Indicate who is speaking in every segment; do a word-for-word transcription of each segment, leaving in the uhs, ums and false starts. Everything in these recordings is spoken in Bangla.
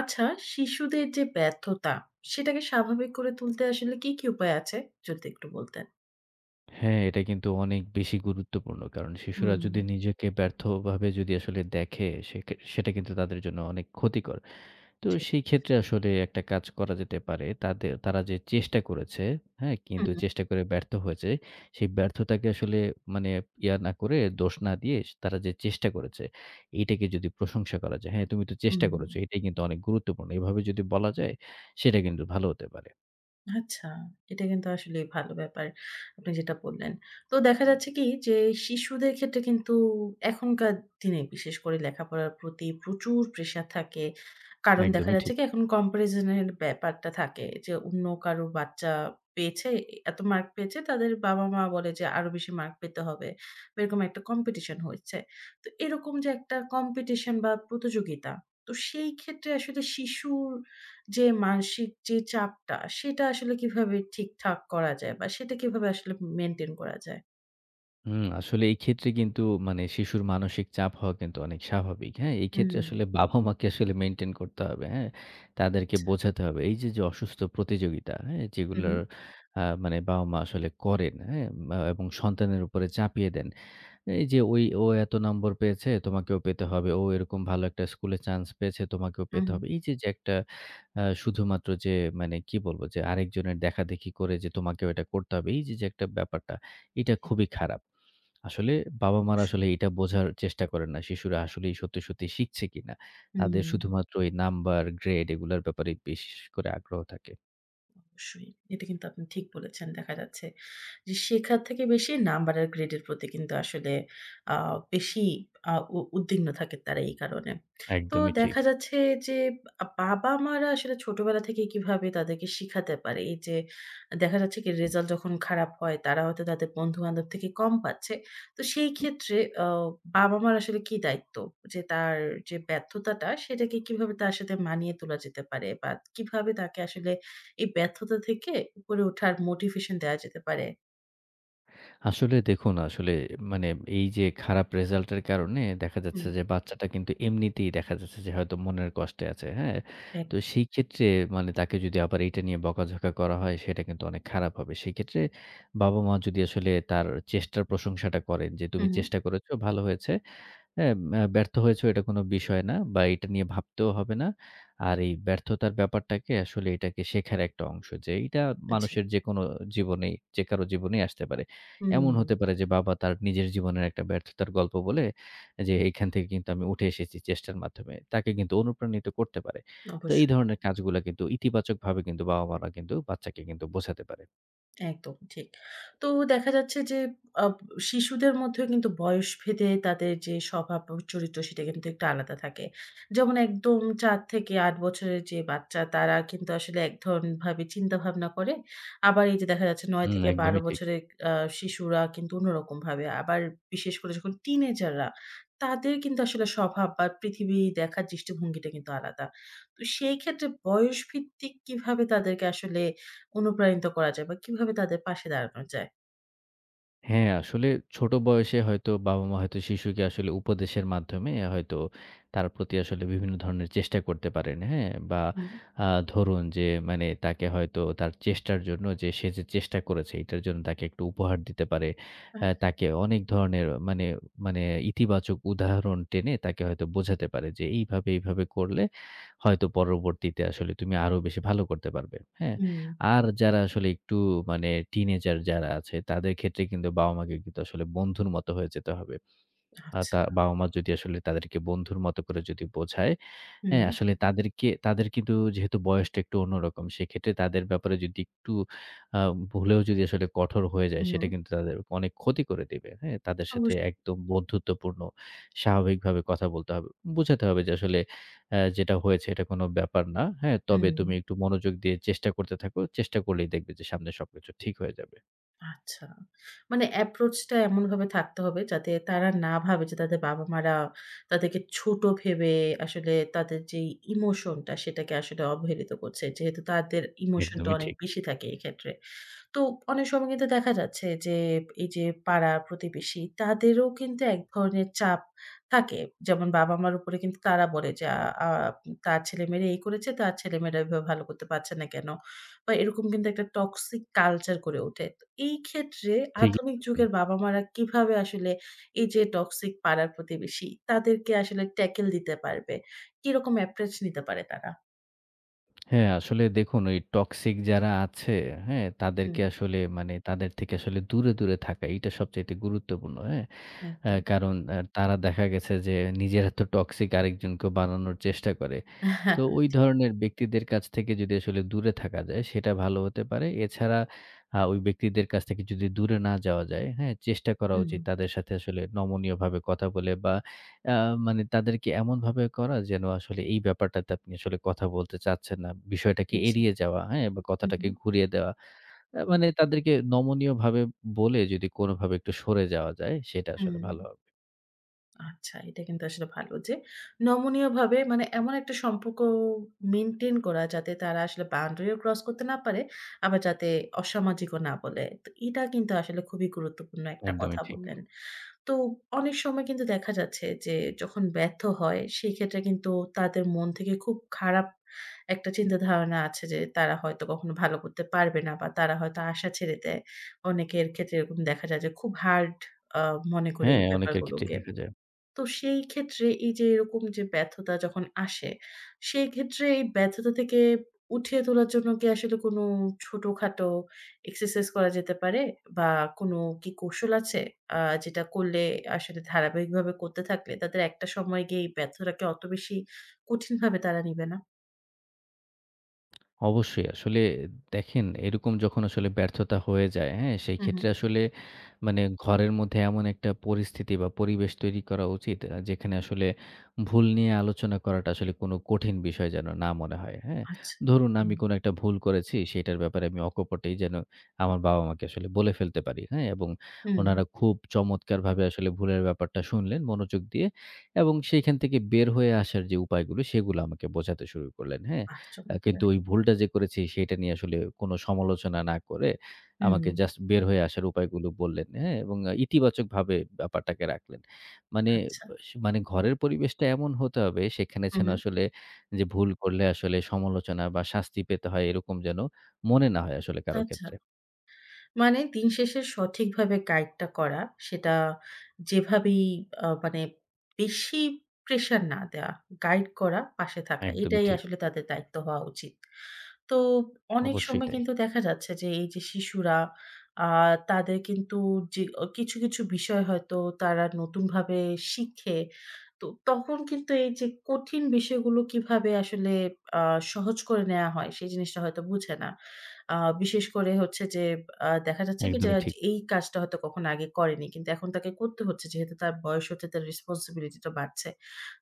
Speaker 1: আচ্ছা, শিশুদের যে ব্যর্থতা, সেটাকে স্বাভাবিক করে তুলতে আসলে কি, কি উপায় আছে? যদি একটু বলতেন।
Speaker 2: হ্যাঁ, এটা কিন্তু অনেক বেশি গুরুত্বপূর্ণ। কারণ শিশুরা
Speaker 1: হুম,
Speaker 2: যদি নিজেকে ব্যর্থভাবে যদি আসলে দেখে, সেখে সেটা কিন্তু তাদের জন্য অনেক ক্ষতিকর। তো
Speaker 1: জি।
Speaker 2: সেই ক্ষেত্রে আসলে একটা কাজ করা যেতে পারে। তাদের তারা যে চেষ্টা করেছে, হ্যাঁ? কিন্তু
Speaker 1: হুম,
Speaker 2: চেষ্টা করে ব্যর্থ হয়েছে, সেই ব্যর্থতাকে আসলে মানে ইয়া না করে, দোষ না দিয়ে তারা যে চেষ্টা করেছে, এইটাকে যদি প্রশংসা করা যায়, "হ্যাঁ, তুমি তো
Speaker 1: হুম।
Speaker 2: চেষ্টা করেছো।" এটাই কিন্তু অনেক গুরুত্বপূর্ণ। এভাবে যদি বলা যায়, সেটা কিন্তু ভালো হতে পারে।
Speaker 1: আচ্ছা, এটা কিন্তু আসলেই ভালো ব্যাপার। আপনি যেটা বললেন। তো দেখা যাচ্ছে কি যে শিশুদের ক্ষেত্রে কিন্তু এখনকার দিনে বিশেষ করে লেখাপড়ার প্রতি প্রচুর প্রেশার থাকে। কারণ দেখা
Speaker 2: একদমই
Speaker 1: যাচ্ছে
Speaker 2: ঠিক।
Speaker 1: কি এখন comparison এর ব্যাপারটা থাকে যে অন্য কারো বাচ্চা পেয়েছে, এত মার্ক পেয়েছে তাদের বাবা-মা বলে যে আরো বেশি মার্ক পেতে হবে। বা এরকম একটা কম্পিটিশন হচ্ছে। তো এরকম যে একটা কম্পিটিশন বা প্রতিযোগিতা, তো সেই ক্ষেত্রে আসলে শিশুর যে মানসিক যে চাপটা সেটা আসলে কিভাবে ঠিকঠাক করা যায় বা সেটা কিভাবে আসলে মেইনটেইন করা যায়?
Speaker 2: হুম, আসলে এই ক্ষেত্রে কিন্তু মানে শিশুর মানসিক চাপ হওয়া কিন্তু অনেক স্বাভাবিক। হ্যাঁ? এই ক্ষেত্রে
Speaker 1: হুম,
Speaker 2: আসলে বাবা-মাকে আসলে মেইনটেইন করতে হবে। হ্যাঁ? তাদেরকে
Speaker 1: আচ্ছা।
Speaker 2: বোঝাতে হবে। এই যে, যে অসুস্থ প্রতিযোগিতা, হ্যাঁ?
Speaker 1: হু, হু,
Speaker 2: যেগুলোর আ মানে বাবা-মা আসলে করেন, হ্যাঁ? বা এবং সন্তানের উপরে চাপিয়ে দেন। এই যে, ওই ও এত নম্বর পেয়েছে, তোমাকেও পেতে হবে। ও এরকম ভালো একটা স্কুলে চান্স পেয়েছে, তোমাকেও
Speaker 1: হু,
Speaker 2: পেতে
Speaker 1: হু।
Speaker 2: হবে। এই যে, যে একটা আ শুধুমাত্র যে মানে কি বলবো? যে আরেকজনের দেখাদেখি করে যে তোমাকেও এটা করতে হবে। এই যে, যে একটা ব্যাপারটা, এটা
Speaker 1: জি,
Speaker 2: খুবই খারাপ। আসলে বাবা-মারা
Speaker 1: অবশ্যই।
Speaker 2: আসলে এটা বোঝার চেষ্টা করেন না। শিশুরা আসলেই সত্যি, সত্যি শিখছে কিনা। তাদের
Speaker 1: হুম,
Speaker 2: শুধুমাত্র এই নাম্বার, গ্রেড এগুলার ব্যাপারে বিশেষ করে আগ্রহ থাকে।
Speaker 1: অবশ্যই। এটা কিন্তু আপনি ঠিক বলেছেন দেখা যাচ্ছে যে শেখার থেকে বেশি নাম্বার আর গ্রেডের প্রতি কিন্তু আসলে আ বেশি আ উ উদ্বিগ্ন থাকে তারা এই কারণে। তো
Speaker 2: একদমই ঠিক।
Speaker 1: দেখা যাচ্ছে যে আ বাবা-মারা আসলে ছোটবেলা থেকে কিভাবে তাদেরকে শিখাতে পারে? এই যে দেখা যাচ্ছে কি রেজাল্ট যখন খারাপ হয় তারা হয়তো তাদের বন্ধু-বান্ধব থেকে কম পাচ্ছে। তো সেই ক্ষেত্রে আ বাবা-মার আসলে কি দায়িত্ব? যে তার যে ব্যর্থতাটা সেটাকে কিভাবে তার সাথে মানিয়ে তোলা যেতে পারে বা কিভাবে তাকে আসলে এই ব্যর্থতা থেকে উপরে ওঠার মোটিভেশন দেয়া যেতে পারে?
Speaker 2: আসলে দেখুন আসলে মানে এই যে খারাপ রেজাল্ট এর কারণে দেখা
Speaker 1: হুম,
Speaker 2: যাচ্ছে যে বাচ্চাটা কিন্তু এমনিতেই দেখা যাচ্ছে যে হয়তো মনের কষ্টে আছে, হ্যাঁ? তো
Speaker 1: একদম।
Speaker 2: সেই ক্ষেত্রে মানে তাকে যদি আবার এটা নিয়ে বকাঝকা করা হয় সেটা কিন্তু অনেক খারাপ হবে। সেক্ষেত্রে বাবা-মা যদি আসলে তার চেষ্টার প্রশংসাটা করেন যে,
Speaker 1: হু,
Speaker 2: "তুমি
Speaker 1: হু।
Speaker 2: চেষ্টা করেছো, ভালো হয়েছে।" হ্যাঁ, আ ব্যর্থ হয়েছো এটা কোনো বিষয় না বা এটা নিয়ে ভাবতেও হবে না। আর এই ব্যর্থতার ব্যাপারটাকে আসলে এটাকে শেখার একটা অংশ যে এইটা
Speaker 1: জি।
Speaker 2: মানুষের যেকোনো জীবনেই যে কারো জীবনেই আসতে পারে। এমন
Speaker 1: হুম,
Speaker 2: হতে পারে যে বাবা তার নিজের জীবনের একটা ব্যর্থতার গল্প বলে যে এইখান থেকে কিন্তু আমি উঠে এসেছি চেষ্টার মাধ্যমে। তাকে কিন্তু অনুপ্রাণিত করতে পারে। তো
Speaker 1: অবশ্যই।
Speaker 2: এই ধরনের কাজগুলা কিন্তু ইতিবাচকভাবে কিন্তু বাবা-মারা কিন্তু বাচ্চাকে কিন্তু বোঝাতে পারে।
Speaker 1: একদম ঠিক। তো দেখা যাচ্ছে যে আব শিশুদের মধ্যেও কিন্তু বয়সভেদে তাদের যে স্বভাব ও চরিত্র সেটা কিন্তু একটু আলাদা থাকে। যেমন একদম চার থেকে আট বছরের যে বাচ্চা তারা কিন্তু আসলে এক ধরনভাবে চিন্তাভাবনা করে। আবার এই যে দেখা যাচ্ছে নয়
Speaker 2: হুম,
Speaker 1: থেকে বারো
Speaker 2: একদমই ঠিক।
Speaker 1: বছরের আ শিশুরা কিন্তু অন্যরকমভাবে। আবার বিশেষ করে যখন টিনেজাররা তাদের কিন্তু আসলে স্বভাব বা পৃথিবী দেখার দৃষ্টিভঙ্গিটা কিন্তু আলাদা। তো সেই ক্ষেত্রে বয়সভিত্তিক কিভাবে তাদেরকে আসলে অনুপ্রাণিত করা যায় বা কিভাবে তাদের পাশে দাঁড়ানো যায়?
Speaker 2: হ্যাঁ, আসলে ছোট বয়সে হয়তো বাবা-মা হয়তো শিশুকে আসলে উপদেশের মাধ্যমে হয়তো তার প্রতি আসলে বিভিন্ন ধরনের চেষ্টা করতে পারেন, হ্যাঁ? বা
Speaker 1: হুম।
Speaker 2: আ ধরুন যে মানে তাকে হয়তো তার চেষ্টার জন্য যে সে যে চেষ্টা করেছে এটার জন্য তাকে একটু উপহার দিতে পারে। অ্যা
Speaker 1: আচ্ছা।
Speaker 2: তাকে অনেক ধরনের মানে মানে ইতিবাচক উদাহরণ টেনে তাকে হয়তো বোঝাতে পারে যে এইভাবে, এইভাবে করলে হয়তো পরবর্তীতে আসলে তুমি আরো বেশি ভালো করতে পারবে। হ্যাঁ?
Speaker 1: হুম।
Speaker 2: আর যারা আসলে একটু মানে টিনেজার যারা আছে তাদের ক্ষেত্রে কিন্তু বাবা-মাকে কিন্তু আসলে বন্ধুর মতো হয়ে যেতে হবে। আ
Speaker 1: আচ্ছা।
Speaker 2: তা বাবা-মা যদি আসলে তাদেরকে বন্ধুর মতো করে যদি বোঝায় হ্যাঁ,
Speaker 1: হুম,
Speaker 2: আসলে তাদেরকে তাদের কিন্তু যেহেতু বয়সটা একটু অন্যরকম, সেক্ষেত্রে তাদের ব্যাপারে যদি একটু আ ভুলেও যদি আসলে কঠোর হয়ে যায়,
Speaker 1: হুম।
Speaker 2: সেটা কিন্তু তাদের অনেক ক্ষতি করে দিবে। হ্যাঁ? তাদের সাথে
Speaker 1: অবশ্য
Speaker 2: একদম বন্ধুত্বপূর্ণ স্বাভাবিকভাবে কথা বলতে হবে। বোঝাতে হবে যে আসলে অ্যা যেটা হয়েছে এটা কোনো ব্যাপার না। হ্যাঁ? তবে তুমি
Speaker 1: হুম।
Speaker 2: একটু মনোযোগ দিয়ে চেষ্টা করতে থাকো। চেষ্টা করলেই দেখবে যে সামনে সবকিছু ঠিক হয়ে যাবে।
Speaker 1: আচ্ছা। মানে approach টা এমনভাবে থাকতে হবে যাতে তারা না ভাবে যে তাদের বাবা-মারা তাদেরকে ছোট ভেবে আসলে তাদের যেই ইমোশনটা সেটাকে আসলে অবহেলিত করছে। যেহেতু তাদের ইমোশনটা
Speaker 2: একদমই
Speaker 1: অনেক
Speaker 2: ঠিক।
Speaker 1: বেশি থাকে এক্ষেত্রে। তো অনেক সময় কিন্তু দেখা যাচ্ছে যে, এই যে পাড়া প্রতিবেশী তাদেরও কিন্তু এক ধরনের চাপ থাকে। যেমন বাবা-মার উপরে কিন্তু তারা বলে যে, আ আ "তার ছেলেমেয়েরা এই করেছে, তার ছেলেমেয়েরা এভাবে ভালো করতে পারছে না কেন?" বা এরকম কিন্তু একটা টক্সিক কালচার গড়ে ওঠে। তো এই ক্ষেত্রে
Speaker 2: ঠিকই
Speaker 1: আধুনিক
Speaker 2: বলেছেন।
Speaker 1: যুগের বাবা-মারা কিভাবে আসলে এই যে টক্সিক পাড়ার প্রতিবেশী তাদেরকে আসলে ট্যাকেল দিতে পারবে? কিরকম অ্যাপ্রোচ নিতে পারে তারা?
Speaker 2: হ্যাঁ, আসলে দেখুন ওই টক্সিক যারা আছে, হ্যাঁ?
Speaker 1: হুম,
Speaker 2: তাদেরকে আসলে মানে তাদের থেকে আসলে দূরে, দূরে থাকা এইটা সবচাইতে গুরুত্বপূর্ণ, হ্যাঁ? আ
Speaker 1: একদম।
Speaker 2: কারণ আ তারা দেখা গেছে যে নিজের এত টক্সিক আরেকজনকেও বানানোর চেষ্টা করে। তো ওই
Speaker 1: জি।
Speaker 2: ধরনের ব্যক্তিদের কাছ থেকে যদি আসলে দূরে থাকা যায় সেটা ভালো হতে পারে। এছাড়া আ ওই ব্যক্তিদের কাছ থেকে যদি দূরে না যাওয়া যায়, হ্যাঁ? চেষ্টা করা
Speaker 1: হুম,
Speaker 2: উচিত তাদের সাথে আসলে নমনীয়ভাবে কথা বলে বা আ মানে তাদেরকে এমনভাবে করা যেন আসলে এই ব্যাপারটাতে আপনি আসলে কথা বলতে চাচ্ছেন না। বিষয়টাকে
Speaker 1: জি।
Speaker 2: এড়িয়ে যাওয়া, হ্যাঁ? বা
Speaker 1: হুম,
Speaker 2: কথাটাকে
Speaker 1: হুম।
Speaker 2: ঘুরিয়ে দেওয়া। আ মানে তাদেরকে নমনীয়ভাবে বলে যদি কোনোভাবে একটু সরে যাওয়া যায়, সেটা আসলে
Speaker 1: হুম,
Speaker 2: ভালো হবে।
Speaker 1: আচ্ছা এটা কিন্তু আসলে ভালো যে নমনীয়ভাবে মানে এমন একটা সম্পর্ক মেইনটেইন করা যাতে তারা আসলে বাউন্ডারিও ক্রস করতে না পারে, আবার যাতে অসামাজিকও না বলে। তো এটা কিন্তু আসলে খুবই গুরুত্বপূর্ণ একটা
Speaker 2: একদমই
Speaker 1: কথা
Speaker 2: ঠিক।
Speaker 1: বললেন। তো অনেক সময় কিন্তু দেখা যাচ্ছে যে যখন ব্যর্থ হয় সেক্ষেত্রে কিন্তু তাদের মন থেকে খুব খারাপ একটা চিন্তাধারণা আছে যে তারা হয়তো কখনো ভালো করতে পারবে না বা তারা হয়তো আশা ছেড়ে দেয়। অনেকের ক্ষেত্রে এরকম দেখা যায় যে খুব হার্ড আ মনে করে এই
Speaker 2: হ্যাঁ, অনেকের ক্ষেত্রেই
Speaker 1: ব্যাপারগুলোকে।
Speaker 2: দেখা যায়।
Speaker 1: তো সেই ক্ষেত্রে এই যে এরকম যে ব্যর্থতা যখন আসে, সেই ক্ষেত্রে এই ব্যর্থতা থেকে উঠিয়ে তোলার জন্য কি আসলে কোনো ছোটখাটো এক্সারসাইজ করা যেতে পারে? বা কোনো কি কৌশল আছে? আ যেটা করলে আসলে ধারাবাহিকভাবে করতে থাকলে তাদের একটা সময় গিয়ে এই ব্যর্থতাকে অত বেশি কঠিনভাবে তারা নিবে না?
Speaker 2: অবশ্যই। আসলে দেখেন এরকম যখন আসলে ব্যর্থতা হয়ে যায়, হ্যাঁ? সেই
Speaker 1: হু, হু।
Speaker 2: ক্ষেত্রে আসলে মানে ঘরের মধ্যে এমন একটা পরিস্থিতি বা পরিবেশ তৈরি করা উচিত আ যেখানে আসলে ভুল নিয়ে আলোচনা করাটা আসলে কোনো কঠিন বিষয় যেন না মনে হয়, হ্যাঁ?
Speaker 1: আচ্ছা।
Speaker 2: ধরুন
Speaker 1: হুম,
Speaker 2: আমি কোনো একটা ভুল করেছি সেটার ব্যাপারে আমি অকপটেই যেন আমার বাবা-মাকে আসলে বলে ফেলতে পারি, হ্যাঁ? এবং
Speaker 1: হুম।
Speaker 2: উনারা খুব চমৎকারভাবে আসলে ভুলের ব্যাপারটা শুনলেন মনোযোগ দিয়ে এবং সেইখান থেকে বের হয়ে আসার যে উপায়গুলো সেগুলো আমাকে বোঝাতে শুরু করলেন, হ্যাঁ?
Speaker 1: বাহ!
Speaker 2: আ কিন্তু
Speaker 1: চমৎকার।
Speaker 2: ওই ভুলটা যে করেছি সেটা নিয়ে আসলে কোনো সমালোচনা না করে
Speaker 1: হুম,
Speaker 2: আমাকে জাস্ট বের হয়ে আসার উপায়গুলো বললেন, হ্যাঁ? এবং ইতিবাচকভাবে ব্যাপারটাকে রাখলেন। মানে
Speaker 1: আচ্ছা।
Speaker 2: স মানে ঘরের পরিবেশটা এমন হতে হবে সেখানে
Speaker 1: হু,
Speaker 2: যেন
Speaker 1: হু।
Speaker 2: আসলে যে ভুল করলে আসলে সমালোচনা বা শাস্তি পেতে হয় এরকম যেন মনে না হয় আসলে কারো
Speaker 1: আচ্ছা।
Speaker 2: ক্ষেত্রে।
Speaker 1: মানে দিন শেষে সঠিকভাবে গাইডটা করা, সেটা যেভাবেই আ মানে বেশি প্রেশার না দেওয়া। গাইড করা, পাশে থাকা।
Speaker 2: একদমই
Speaker 1: এটাই
Speaker 2: ঠিক।
Speaker 1: আসলে তাদের দায়িত্ব হওয়া উচিত। তো অনেক
Speaker 2: অবশ্যই
Speaker 1: সময়
Speaker 2: তাই।
Speaker 1: কিন্তু দেখা যাচ্ছে যে এই যে শিশুরা আ তাদের কিন্তু যে অ কিছু, কিছু বিষয় হয়তো তারা নতুনভাবে শিখে। তো তখন কিন্তু এই যে কঠিন বিষয়গুলো কিভাবে আসলে আ সহজ করে নেয়া হয় সেই জিনিসটা হয়তো বুঝে না। আ বিশেষ করে হচ্ছে যে আ দেখা যাচ্ছে কি যে
Speaker 2: একদমই ঠিক।
Speaker 1: এই কাজটা হয়তো কখনো আগে করেনি। কিন্তু এখন তাকে করতে হচ্ছে যেহেতু তার বয়স হচ্ছে তার রেসপোন্সিবিলিটি টা বাড়ছে।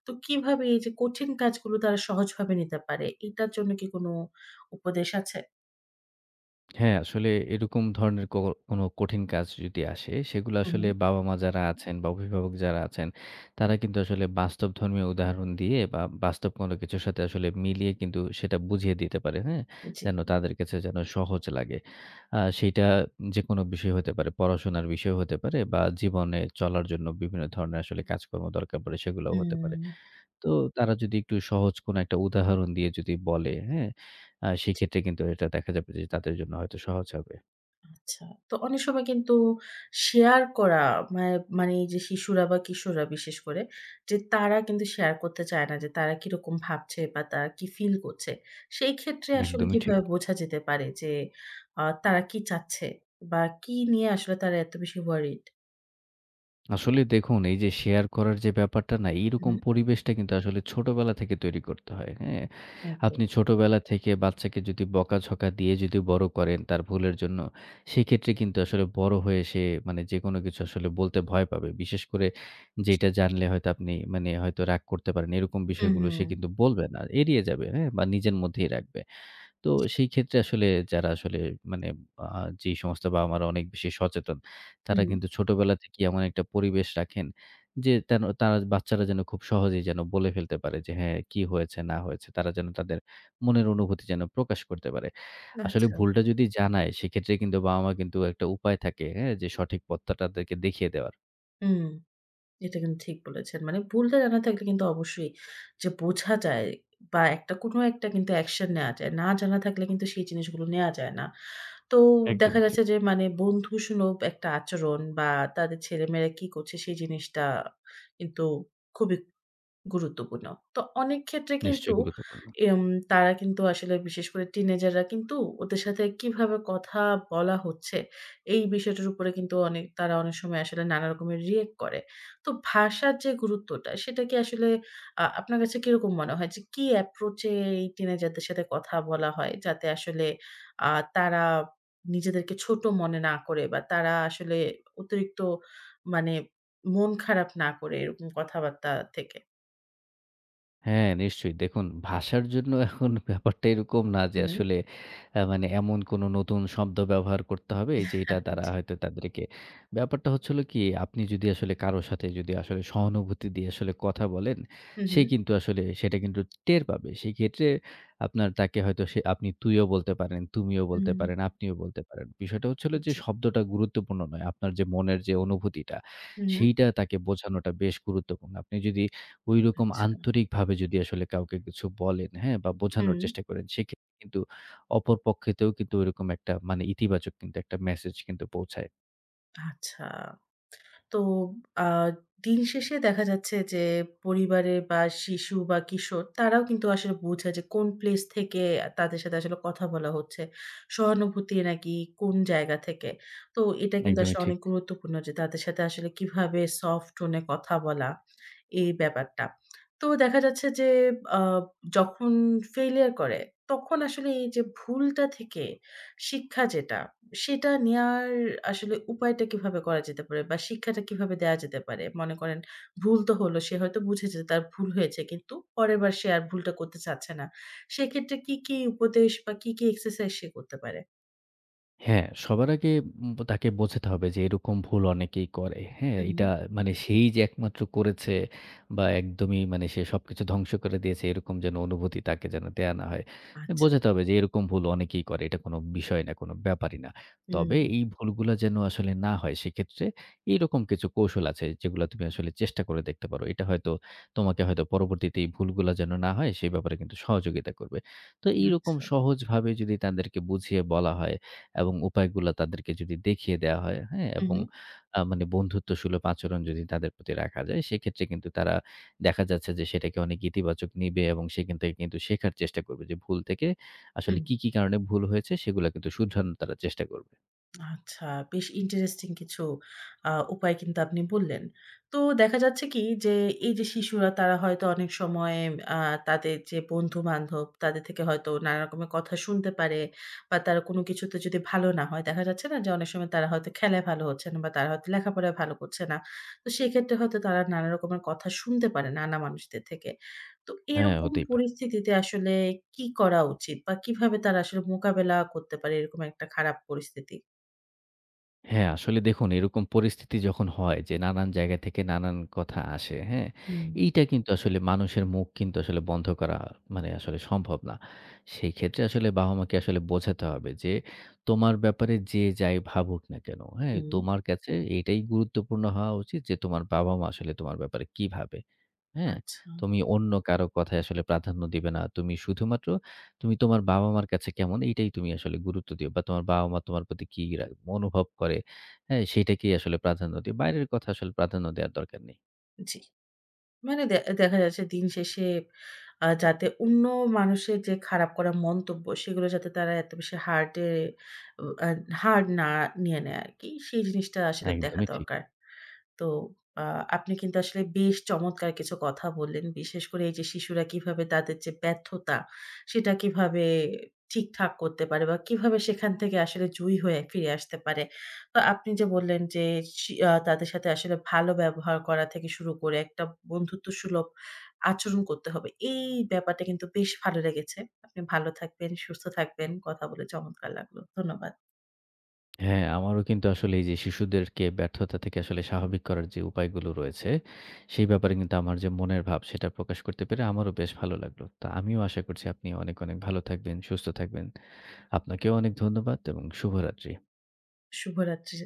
Speaker 1: তো কিভাবে এই যে কঠিন কাজগুলো তারা সহজভাবে নিতে পারে এটার জন্য কি কোনো উপদেশ আছে?
Speaker 2: হ্যাঁ, আসলে এরকম ধরনের ক কোনো কঠিন কাজ যদি আসে, সেগুলো
Speaker 1: হু, হু।
Speaker 2: আসলে বাবা-মা যারা আছেন বা অভিভাবক যারা আছেন, তারা কিন্তু আসলে বাস্তবধর্মী উদাহরণ দিয়ে বা বাস্তব কোনো কিছুর সাথে আসলে মিলিয়ে কিন্তু সেটা বুঝিয়ে দিতে পারে, হ্যাঁ?
Speaker 1: জি।
Speaker 2: যেন তাদের কাছে যেন সহজ লাগে। আ সেইটা যেকোনো বিষয় হতে পারে, পড়াশোনার বিষয় হতে পারে বা জীবনে চলার জন্য বিভিন্ন ধরনের আসলে কাজকর্ম দরকার পড়ে সেগুলোও হতে
Speaker 1: হুম।
Speaker 2: পারে। তো তারা যদি একটু সহজ কোনো একটা উদাহরণ দিয়ে যদি বলে, হ্যাঁ? আ
Speaker 1: জি।
Speaker 2: সেক্ষেত্রে কিন্তু এটা দেখা যাবে যে তাদের জন্য হয়তো সহজ হবে।
Speaker 1: আচ্ছা। তো অনেক সময় কিন্তু শেয়ার করা মা মানে এই যে শিশুরা বা কিশোররা বিশেষ করে যে তারা কিন্তু শেয়ার করতে চায় না যে তারা কিরকম ভাবছে বা তারা কি ফিল করছে। সেই ক্ষেত্রে আসলে
Speaker 2: একদমই ঠিক।
Speaker 1: কিভাবে বোঝা যেতে পারে যে আ তারা কি চাচ্ছে বা কি নিয়ে আসলে তারা এত বেশি ওয়ারিড?
Speaker 2: আসলে দেখুন এই যে শেয়ার করার যে ব্যাপারটা না,
Speaker 1: হুম,
Speaker 2: এইরকম পরিবেশটা কিন্তু আসলে ছোটবেলা থেকে তৈরি করতে হয়, হ্যাঁ?
Speaker 1: একদম।
Speaker 2: আপনি ছোটবেলা থেকে বাচ্চাকে যদি বকাঝকা দিয়ে যদি বড় করেন তার ভুলের জন্য, সেক্ষেত্রে কিন্তু আসলে বড় হয়ে সে মানে যেকোনো কিছু আসলে বলতে ভয় পাবে। বিশেষ করে যেটা জানলে হয়তো আপনি মানে হয়তো রাগ করতে পারেন। এরকম
Speaker 1: হুম,
Speaker 2: বিষয়গুলো
Speaker 1: হুম।
Speaker 2: সে কিন্তু বলবে না, এড়িয়ে যাবে, হ্যাঁ? বা নিজের মধ্যেই রাখবে। তো সেই ক্ষেত্রে আসলে যারা আসলে মানে আ যে সমস্ত বাবা-মারা অনেক বেশি সচেতন, তারা
Speaker 1: হুম,
Speaker 2: কিন্তু ছোটবেলা থেকেই এমন একটা পরিবেশ রাখেন যে তেন তারা বাচ্চারা যেন খুব সহজেই যেন বলে ফেলতে পারে যে হ্যাঁ, কি হয়েছে না হয়েছে। তারা যেন তাদের মনের অনুভূতি যেন প্রকাশ করতে পারে। আসলে
Speaker 1: আচ্ছা।
Speaker 2: ভুলটা যদি জানায় সেক্ষেত্রে কিন্তু বাবা-মা কিন্তু একটা উপায় থাকে, হ্যাঁ? যে সঠিক পথটা তাদেরকে দেখিয়ে দেওয়ার।
Speaker 1: হুম। এটা কিন্তু ঠিক বলেছেন। মানে ভুলটা জানা থাকলে কিন্তু অবশ্যই যে বোঝা যায় বা একটা কোনো একটা কিন্তু অ্যাকশন নেয়া যায়। না জানা থাকলে কিন্তু সেই জিনিসগুলো নেয়া যায় না। তো দেখা
Speaker 2: একদমই ঠিক।
Speaker 1: যাচ্ছে যে মানে বন্ধুসুলভ একটা আচরণ বা তাদের ছেলেমেয়েরা কি করছে সেই জিনিসটা কিন্তু খুবই গুরুত্বপূর্ণ। তো অনেক ক্ষেত্রে কিন্তু
Speaker 2: নিশ্চয়ই গুরুত্বপূর্ণ।
Speaker 1: এম তারা কিন্তু আসলে বিশেষ করে টিনেজাররা কিন্তু ওদের সাথে কিভাবে কথা বলা হচ্ছে, এই বিষয়টার উপরে কিন্তু অনেক তারা অনেক সময় আসলে নানা রকমের রিঅ্যাক্ট করে। তো ভাষার যে গুরুত্বটা সেটা কি আসলে আ আপনার কাছে কিরকম মনে হয় যে কি অ্যাপ্রোচ এ এই টিনেজারদের সাথে কথা বলা হয় যাতে আসলে আ তারা নিজেদেরকে ছোট মনে না করে বা তারা আসলে অতিরিক্ত মানে মন খারাপ না করে এরকম কথাবার্তা থেকে?
Speaker 2: হ্যাঁ, নিশ্চয়ই। দেখুন ভাষার জন্য এখন ব্যাপারটা এরকম না
Speaker 1: হু,
Speaker 2: যে
Speaker 1: হু।
Speaker 2: আসলে আ মানে এমন কোনো নতুন শব্দ ব্যবহার করতে হবে এই যে এটা
Speaker 1: হ্যাঁ, হ্যাঁ।
Speaker 2: তারা
Speaker 1: জি।
Speaker 2: হয়তো তাদেরকে ব্যাপারটা হচ্ছে হলো কি আপনি যদি আসলে কারো সাথে যদি আসলে সহানুভূতি দিয়ে আসলে কথা বলেন,
Speaker 1: হু, হু।
Speaker 2: সে কিন্তু আসলে সেটা কিন্তু টের পাবে। সেক্ষেত্রে আপনার তাকে হয়তো সে আপনি তুইও বলতে পারেন, তুমিও বলতে
Speaker 1: হুম।
Speaker 2: পারেন, আপনিও বলতে পারেন। বিষয়টা হচ্ছে হলো যে
Speaker 1: জি।
Speaker 2: শব্দটা গুরুত্বপূর্ণ নয়। আপনার যে মনের যে অনুভূতিটা
Speaker 1: হুম।
Speaker 2: সেইটা তাকে বোঝানোটা বেশ গুরুত্বপূর্ণ। আপনি যদি ঐরকম
Speaker 1: আচ্ছা।
Speaker 2: আন্তরিকভাবে যদি আসলে কাউকে কিছু বলেন, হ্যাঁ? বা বোঝানোর
Speaker 1: হুম।
Speaker 2: চেষ্টা করেন, সেক্ষেত্রে কিন্তু অপর পক্ষেতেও কিন্তু ওইরকম একটা মানে ইতিবাচক কিন্তু একটা মেসেজ কিন্তু পৌঁছায়।
Speaker 1: আচ্ছা। তো আ দিন শেষে দেখা যাচ্ছে যে পরিবারের বা শিশু বা কিশোর তারাও কিন্তু আসলে বোঝে যে কোন প্লেস থেকে তাদের সাথে আসলে কথা বলা হচ্ছে। সহানুভূতি নাকি কোন জায়গা থেকে। তো এটা কিন্তু
Speaker 2: একদমই
Speaker 1: আসলে
Speaker 2: ঠিক।
Speaker 1: অনেক গুরুত্বপূর্ণ যে তাদের সাথে আসলে কিভাবে সফট টোন এ কথা বলা, এই ব্যাপারটা। তো দেখা যাচ্ছে যে আ যখন ফেইলিউর করে তখন আসলে এই যে ভুলটা থেকে শিক্ষা যেটা সেটা নেয়ার আসলে উপায়টা কিভাবে করা যেতে পারে? বা শিক্ষাটা কিভাবে দেয়া যেতে পারে? মনে করেন ভুল তো হলো, সে হয়তো বুঝেছে যে তার ভুল হয়েছে কিন্তু পরের বার সে আর ভুলটা করতে চাচ্ছে না। সেক্ষেত্রে কি, কি উপদেশ বা কি, কি এক্সারসাইজ সে করতে পারে?
Speaker 2: হ্যাঁ, সবার আগে উম তাকে বোঝাতে হবে যে এরকম ভুল অনেকেই করে। হ্যাঁ?
Speaker 1: হু, হু।
Speaker 2: এটা মানে সেই যে একমাত্র করেছে বা একদমই মানে সে সবকিছু ধ্বংস করে দিয়েছে এরকম যেন অনুভূতি তাকে যেন দেয়া না হয়।
Speaker 1: আচ্ছা।
Speaker 2: বোঝাতে হবে যে এরকম ভুল অনেকেই করে। এটা কোনো বিষয় না, কোনো ব্যাপারই না।
Speaker 1: হুম,
Speaker 2: তবে এই ভুলগুলা যেন আসলে না হয় সেক্ষেত্রে এইরকম কিছু কৌশল আছে যেগুলা তুমি আসলে চেষ্টা করে দেখতে পারো। এটা হয়তো তোমাকে হয়তো পরবর্তীতে এই ভুলগুলা যেন না হয় সেই ব্যাপারে কিন্তু সহযোগিতা করবে। তো এইরকম
Speaker 1: আচ্ছা।
Speaker 2: সহজভাবে যদি তাদেরকে বুঝিয়ে বলা হয় এবং উপায়গুলা তাদেরকে যদি দেখিয়ে দেওয়া হয়, হ্যাঁ?
Speaker 1: হু,
Speaker 2: এবং
Speaker 1: হু,
Speaker 2: আ মানে বন্ধুত্বসুলভ আচরণ যদি তাদের প্রতি রাখা যায়, সেক্ষেত্রে কিন্তু তারা দেখা যাচ্ছে যে সেটাকে অনেক ইতিবাচক নিবে এবং সেখান থেকে কিন্তু শেখার চেষ্টা করবে যে ভুল থেকে
Speaker 1: হু।
Speaker 2: আসলে কি, কি কারণে ভুল হয়েছে সেগুলা কিন্তু শুধরানোর তারা চেষ্টা করবে।
Speaker 1: আচ্ছা, বেশ ইন্টারেস্টিং কিছু আ উপায় কিন্তু আপনি বললেন। তো দেখা যাচ্ছে কি যে, এই যে শিশুরা তারা হয়তো অনেক সময় আ তাদের যে বন্ধু-বান্ধব তাদের থেকে হয়তো নানা রকমের কথা শুনতে পারে বা তারা কোনো কিছুতে যদি ভালো না হয়, দেখা যাচ্ছে না যে অনেক সময় তারা হয়তো খেলায় ভালো হচ্ছে না বা তারা হয়তো লেখাপড়ায় ভালো করছে না। তো সেক্ষেত্রে হয়তো তারা নানা রকমের কথা শুনতে পারে নানা মানুষদের থেকে। তো
Speaker 2: হ্যাঁ,
Speaker 1: এরকম
Speaker 2: হতেই পারে।
Speaker 1: পরিস্থিতিতে আসলে কি করা উচিত বা কিভাবে তারা আসলে মোকাবেলা করতে পারে এরকম একটা খারাপ পরিস্থিতি?
Speaker 2: হ্যাঁ, আসলে দেখুন এরকম পরিস্থিতি যখন হয় যে নানান জায়গা থেকে নানান কথা আসে, হ্যাঁ?
Speaker 1: হুম,
Speaker 2: এইটা কিন্তু আসলে মানুষের মুখ কিন্তু আসলে বন্ধ করা মানে আসলে সম্ভব না। সেই ক্ষেত্রে
Speaker 1: জি,
Speaker 2: আসলে বাবা-মাকে আসলে বোঝাতে হবে যে, তোমার ব্যাপারে যে যাই ভাবুক না কেন, হ্যাঁ?
Speaker 1: হুম,
Speaker 2: তোমার কাছে এটাই গুরুত্বপূর্ণ হওয়া উচিত যে তোমার বাবা-মা আসলে তোমার ব্যাপারে কি ভাবে। হ্যাঁ?
Speaker 1: আচ্ছা,
Speaker 2: তুমি অন্য কারো কথায় আসলে প্রাধান্য দিবে না। তুমি শুধুমাত্র তুমি তোমার বাবা-মার কাছে কেমন এইটাই তুমি আসলে গুরুত্ব দিও বা তোমার বাবা-মা তোমার প্রতি কি রা অনুভব করে, হ্যাঁ? সেইটাকেই আসলে প্রাধান্য দিও। বাইরের কথা আসলে প্রাধান্য দেওয়ার দরকার নেই।
Speaker 1: জি। মানে দে দেখা যাচ্ছে দিন শেষে আ যাতে অন্য মানুষের যে খারাপ করা মন্তব্য সেগুলো যাতে তারা এত বেশি হার্ড এ আ হার্ড না নিয়ে নেয় আরকি। সেই জিনিসটা আসলে দেখা
Speaker 2: একদমই ঠিক।
Speaker 1: দরকার। তো আ আপনি কিন্তু আসলে বেশ চমৎকার কিছু কথা বললেন। বিশেষ করে এই যে শিশুরা কিভাবে তাদের যে ব্যর্থতা, সেটা কিভাবে ঠিকঠাক করতে পারে বা কিভাবে সেখান থেকে আসলে জয়ী হয়ে ফিরে আসতে পারে। তো আপনি যে বললেন যে সি আ তাদের সাথে আসলে ভালো ব্যবহার করা থেকে শুরু করে একটা বন্ধুত্ব সুলভ আচরণ করতে হবে। এই ব্যাপারটা কিন্তু বেশ ভালো লেগেছে। আপনি ভালো থাকবেন, সুস্থ থাকবেন। কথা বলে চমৎকার লাগলো। ধন্যবাদ।
Speaker 2: হ্যাঁ, আমারও কিন্তু আসলে এই যে শিশুদেরকে ব্যর্থতা থেকে আসলে স্বাভাবিক করার যে উপায়গুলো রয়েছে, সেই ব্যাপারে কিন্তু আমার যে মনের ভাব সেটা প্রকাশ করতে পেরে আমারও বেশ ভালো লাগলো। তো আমিও আশা করছি আপনি অনেক, অনেক ভালো থাকবেন, সুস্থ থাকবেন। আপনাকেও অনেক ধন্যবাদ এবং শুভরাত্রি।
Speaker 1: শুভরাত্রি।